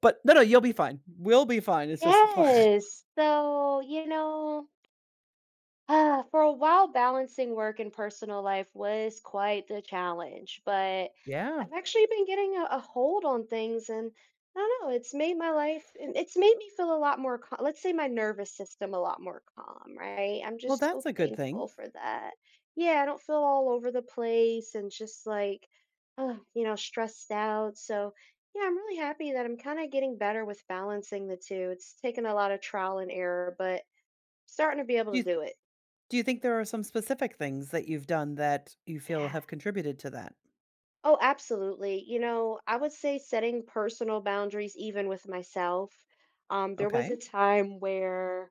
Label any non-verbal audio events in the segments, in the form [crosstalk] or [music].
But no, no, you'll be fine. We'll be fine. It's just ugh. Yes. For a while, balancing work and personal life was quite the challenge, but Yeah. I've actually been getting a hold on things, and I don't know, it's made my life, and it's made me feel a lot more calm. Let's say my nervous system a lot more calm, right? I'm Well, just that's so a good thing. thankful for that. Yeah, I don't feel all over the place and just like, stressed out. So, yeah, I'm really happy that I'm kind of getting better with balancing the two. It's taken a lot of trial and error, but starting to be able Do to you do it. do you think there are some specific things that you've done that you feel Yeah. have contributed to that? Oh, absolutely. You know, I would say setting personal boundaries even with myself. There was Okay. a time where,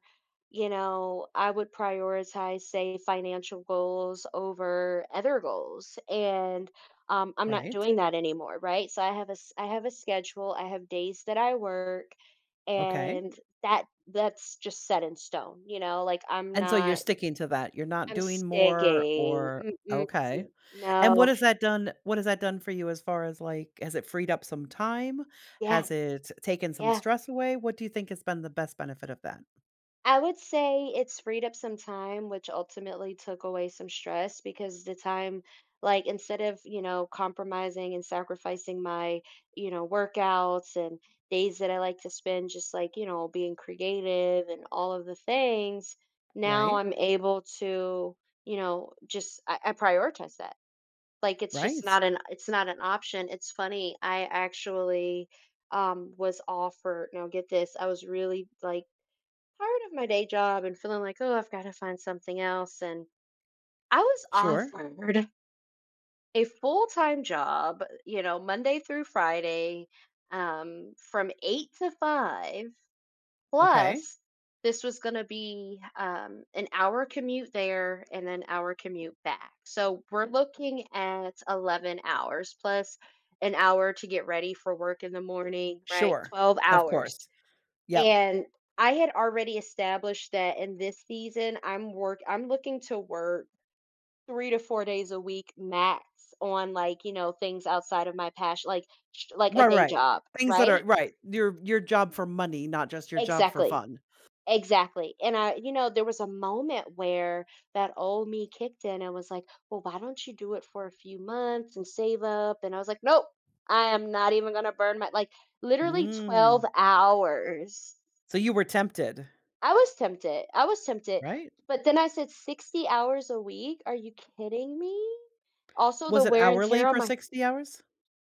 you know, I would prioritize, say, financial goals over other goals, and I'm not Right. doing that anymore, right? So I have I have a schedule. I have days that I work, Okay. and that's just set in stone. You know, like I'm And so you're not. sticking to that. You're not I'm doing more sticking. or Mm-mm. okay. And what No. has that done what has that done for you as far as like has it freed up some time? Yeah. Has it taken some Yeah. stress away? What do you think has been the best benefit of that? I would say it's freed up some time, which ultimately took away some stress because the time, like, instead of, compromising and sacrificing my workouts and days that I like to spend just like, being creative and all of the things, now Right? I'm able to, I prioritize that. Like, Right. It's not an option. It's funny. I actually was offered, now get this, I was really like, tired of my day job and feeling like, oh, I've got to find something else. And I was Sure. offered a full time job, you know, Monday through Friday from eight to five. Okay. Plus, this was going to be an hour commute there and an hour commute back. So we're looking at 11 hours plus an hour to get ready for work in the morning, right? Sure. 12 Of hours course. Yep. and I had already established that in this season, I'm looking to work 3 to 4 days a week max on things outside of my passion, like a Right, day right. job, Things that are right? right. Your job for money, not just your job for Exactly. fun. Exactly. And I you know, There was a moment where that old me kicked in and was like, "Well, why don't you do it for a few months and save up?" And I was like, "Nope. I am not even gonna burn my" like, literally 12 Mm. hours. So you were tempted, I was tempted. I was tempted. right? But then I said 60 hours a week? Are you kidding me? Also Was the it wear and hourly tear on for my 60 hours?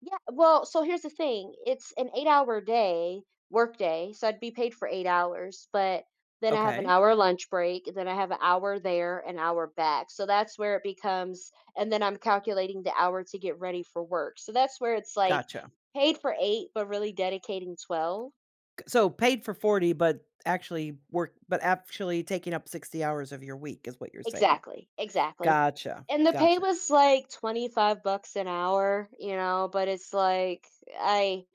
Yeah, well, so here's the thing. It's an 8-hour work day, so I'd be paid for 8 hours, but then I have an Okay. hour lunch break. And then I have an hour there, an hour back. So that's where it becomes and then I'm calculating the hour to get ready for work. So that's where it's like Gotcha. paid for 8 but really dedicating 12. G so paid for 40, but actually work but actually taking up 60 hours of your week is what you're saying. Exactly, exactly. Gotcha. And the pay Gotcha. was like 25 bucks an hour, you know, but it's like I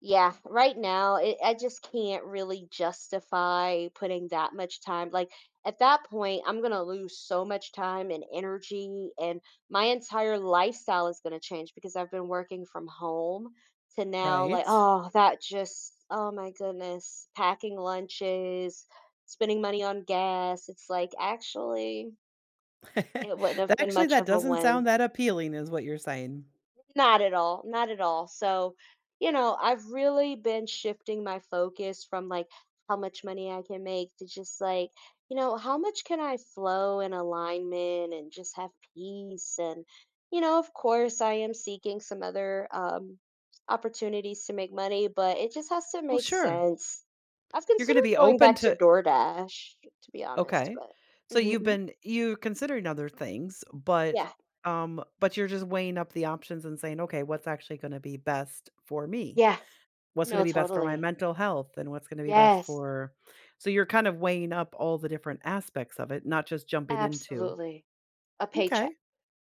yeah, right now I just can't really justify putting that much time. Like at that point, I'm going to lose so much time and energy and my entire lifestyle is going to change because I've been working from home to now like Right. oh, that just oh my goodness, packing lunches, spending money on gas. It's like actually it wouldn't [laughs] have That been actually much that of a doesn't win. sound that appealing is what you're saying. Not at all, not at all. So, you know, I've really been shifting my focus from like how much money I can make to just like, how much can I flow in alignment and just have peace? And, you know, of course, I am seeking some other opportunities to make money, but it just has to Well, make sure. sense. I've You're gonna considered be going open back to to DoorDash, to be honest, okay. but So mhm, mhm, you're considering other things, yeah, but you're just weighing up the options and saying, "Okay, what's actually going to be best for me? yeah, What's going to no, be best for my totally. mental health and what's going to be best Yes. for?" So you're kind of weighing up all the different aspects of it, not just jumping into. Absolutely. A paycheck. Okay.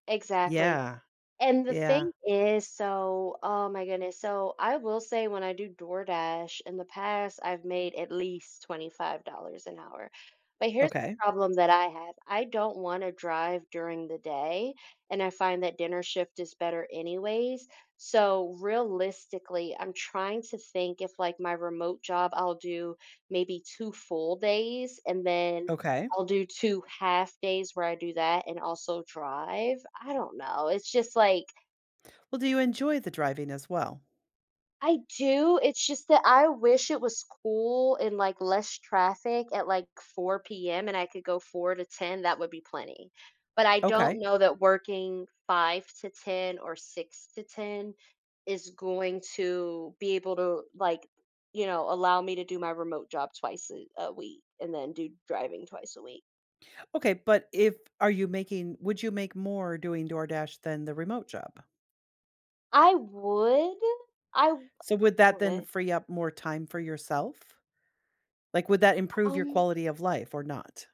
Exactly. Yeah. And the Yeah. thing is, so, oh my goodness. So I will say when I do DoorDash in the past, I've made at least $25 an hour. But here's the Okay. problem that I have. I don't want to drive during the day, and I find that dinner shift is better anyways. So realistically, I'm trying to think if like my remote job, I'll do maybe two full days and then Okay. I'll do 2 half days where I do that and also drive. I don't know. It's just like Well, do you enjoy the driving as well? I do, it's just that I wish it was cool and less traffic at, like, 4 p.m. and I could go 4 to 10, that would be plenty. But I don't Okay. know that working 5 to 10 or 6 to 10 is going to be able to allow me to do my remote job twice a week and then do driving twice a week. Okay, but if are you making would you make more doing DoorDash than the remote job? I would, I So would that then would free up more time for yourself? Like, would that improve your Um, quality of life or not?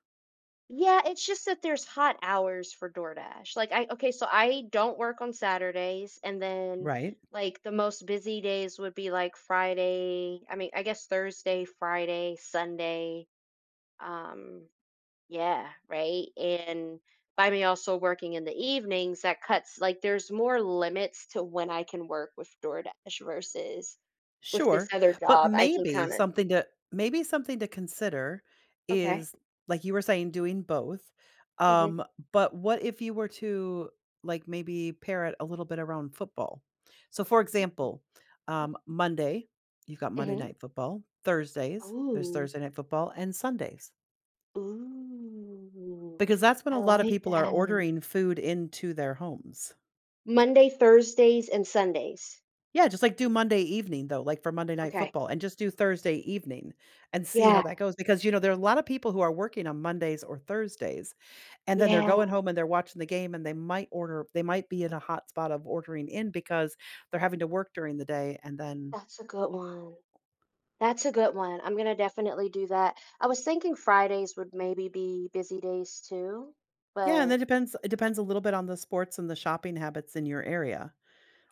yeah, it's just that there's hot hours for DoorDash. Like I Okay, so I don't work on Saturdays and then Right? like the most busy days would be like I guess Thursday, Friday, Sunday. Um, yeah, right? And by me also working in the evenings, that cuts like there's more limits to when I can work with DoorDash versus with this Sure. other But job. I can maybe kind of something to maybe something to consider okay. is like you were saying doing both. Mhm. Um, but what if you were to like maybe pair it a little bit around football? So for Mhm. example, Monday, you've got Monday Mhm. night football, Thursdays, there's Oh. Thursday night football, and Sundays. Ooh, Because that's when a I lot of like people are that. ordering food into their homes. Monday, Thursdays, and Sundays. Yeah, just, like, do Monday evening, though, like, for Monday Night Okay. Football, and just do Thursday evening and see how Yeah, that goes, because, you know, there are a lot of people who are working on Mondays or Thursdays, and then they're yeah, going home and they're watching the game, and they might order they might be in a hot spot of ordering in because they're having to work during the day, and then that's a good one. That's a good one. I'm gonna definitely do that. I was thinking Fridays would maybe be busy days too, yeah, and but then depends it depends a little bit on the sports and the shopping habits in your area.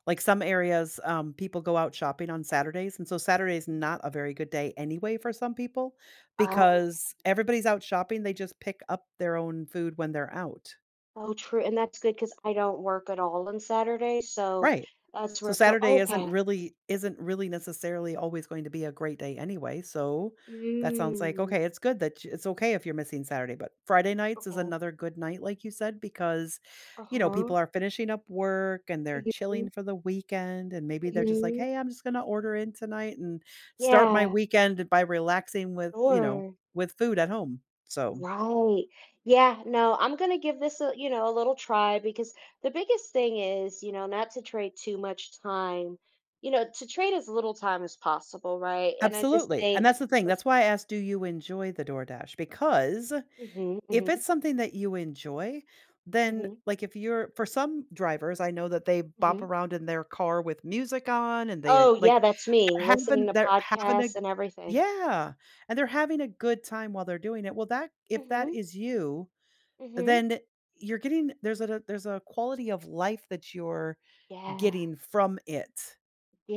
Like some areas, people go out shopping on Saturdays, and so Saturday's not a very good day anyway for some people oh, because everybody's out shopping, they just pick up their own food when they're out. so true. And that's good because I don't work at all on Saturday, so Right. that's So where. So Saturday isn't okay, really isn't really necessarily always going to be a great day anyway, so that sounds like, mm, okay, it's good that you it's okay if you're missing Saturday, but Friday nights is okay, another good night, like you said, because, uh you know, huh, people are finishing up work and they're hmm chilling for the weekend, and maybe they're just like, hmm "Hey, I'm just gonna order in tonight and start my yeah, weekend by relaxing with, you know, sure. with food at home." So Right. Yeah, no, I'm gonna give this a little try because the biggest thing is, you know, not to trade too much time, you know, to trade as little time as possible, right? And I just absolutely, and think that's the thing, with that's why I asked, do you enjoy the DoorDash? Because hmm if hmm it's something that you enjoy, then, hmm like, if you're for some drivers, I know that they bop hmm around in their car with music on and they, Oh yeah, like, that's me listening to they're having a podcasts and everything. yeah, and they're having a good time while they're doing it. Well, that if Hmm that is you, hmm. then you're getting there's a quality of life that you're Yeah. getting from it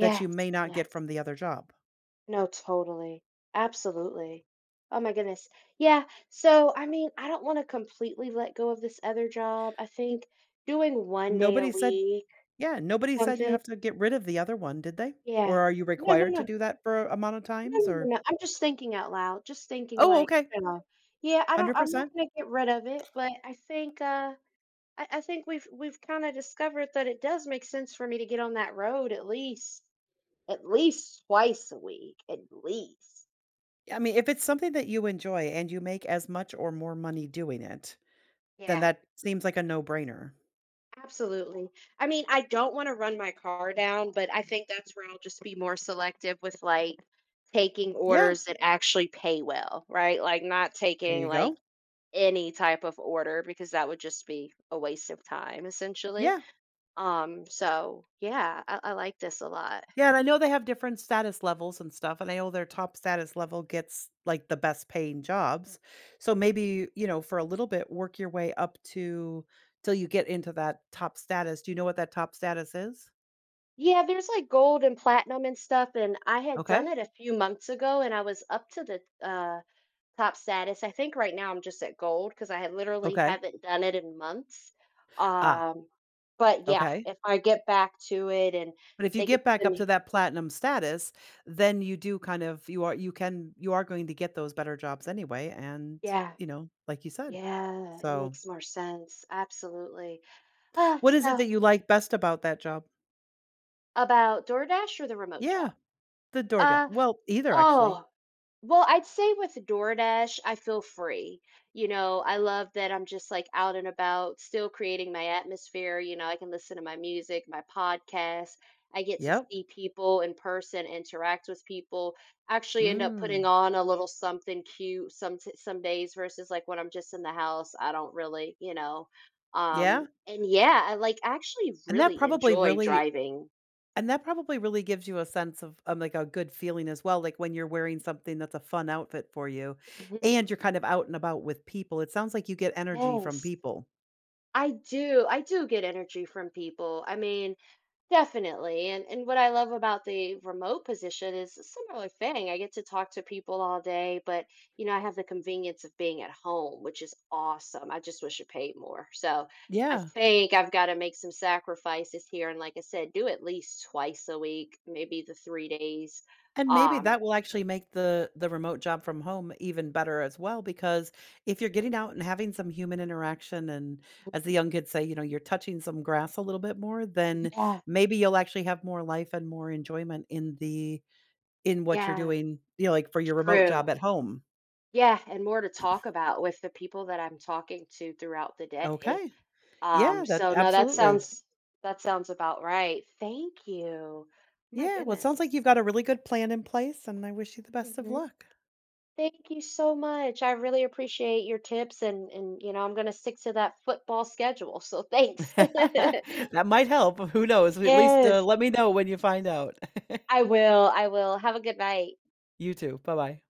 that you may not get Yes. from the other job. No, totally. Absolutely. Oh my goodness. Yeah. So, I mean, I don't want to completely let go of this other job. I think doing one day a Nobody said week, yeah, nobody said you something. have to get rid of the other one, did they? Or Yeah. are you No, no, required to no. do that for a amount of No, times no, no, or no. I'm just thinking out loud. Just thinking oh, like, okay. you know, yeah, I'm not 100%. gonna get rid of it, but I think I think we've kind of discovered that it does make sense for me to get on that road at least twice a week. At least. I mean, if it's something that you enjoy and you make as much or more money doing it, then Yeah. that seems like a no-brainer. Absolutely. I mean, I don't wanna run my car down, but I think that's where I'll just be more selective with, like, taking Yeah, orders that actually pay well, right? Like, not there taking, you like, go. any type of order because that would just be a waste of time, essentially. Yeah. So, yeah, I like this a lot. Yeah, and I know they have different status levels and stuff, and I know their top status level gets, like, the best paying jobs. So maybe, you know, for a little bit, work your way up to till you get into that top status. Do you know what that top status is? Yeah, there's, like, gold and platinum and stuff, and I had done Okay, it a few months ago, and I was up to the, uh top status. I think right now I'm just at gold because I literally okay. haven't done it in months. Ah, Um, but yeah, okay. if I get back to it and But if you they can get back send up to me, that platinum status, then you do kind of you are going to get those better jobs anyway, and, yeah, you know, like you said. yeah, it So, makes more sense. Absolutely. What is it So that you like best about that job? about DoorDash or the remote job? Yeah. The DoorDa Uh, well, either actually. oh, Well, I'd say with DoorDash, I feel free. You know, I love that I'm just like out and about, still creating my atmosphere. You know, I can listen to my music, my podcast. I get to Yep. see people in person, interact with people, actually end up putting Mm. on a little something cute some days versus like when I'm just in the house, I don't really, you know. Yeah, And Yeah, I like actually and that really probably enjoy really driving. and that probably really gives you a sense of like, a good feeling as well, like, when you're wearing something that's a fun outfit for you, Mhm. and you're kind of out and about with people, it sounds like you get energy from Yes. people. I do. I do get energy from people. I mean, definitely. And what I love about the remote position is a similar thing. I get to talk to people all day, but you know, I have the convenience of being at home, which is awesome. I just wish it paid more. So I Yeah. think I've got to make some sacrifices here. And like I said, do at least twice a week, maybe the three days. And maybe Um, that will actually make the remote job from home even better as well, because if you're getting out and having some human interaction and as the young kids say, you know, you're touching some grass a little bit more, then yeah, maybe you'll actually have more life and more enjoyment in the in what you're yeah, doing, you know, like for your remote job true. at home. Yeah, and more to talk about with the people that I'm talking to throughout the day. Okay. Yeah, that So no, That absolutely. sounds about right. Thank you. My Yeah, well, it goodness. sounds like you've got a really good plan in place, and I wish you the best of Hmm. luck. Thank you so much. I really appreciate your tips and you know, I'm going to stick to that football schedule. So thanks. [laughs] That might help. Who knows? [laughs] At least Yes, let me know when you find out. [laughs] I will. I will. Have a good night. You too. Bye bye.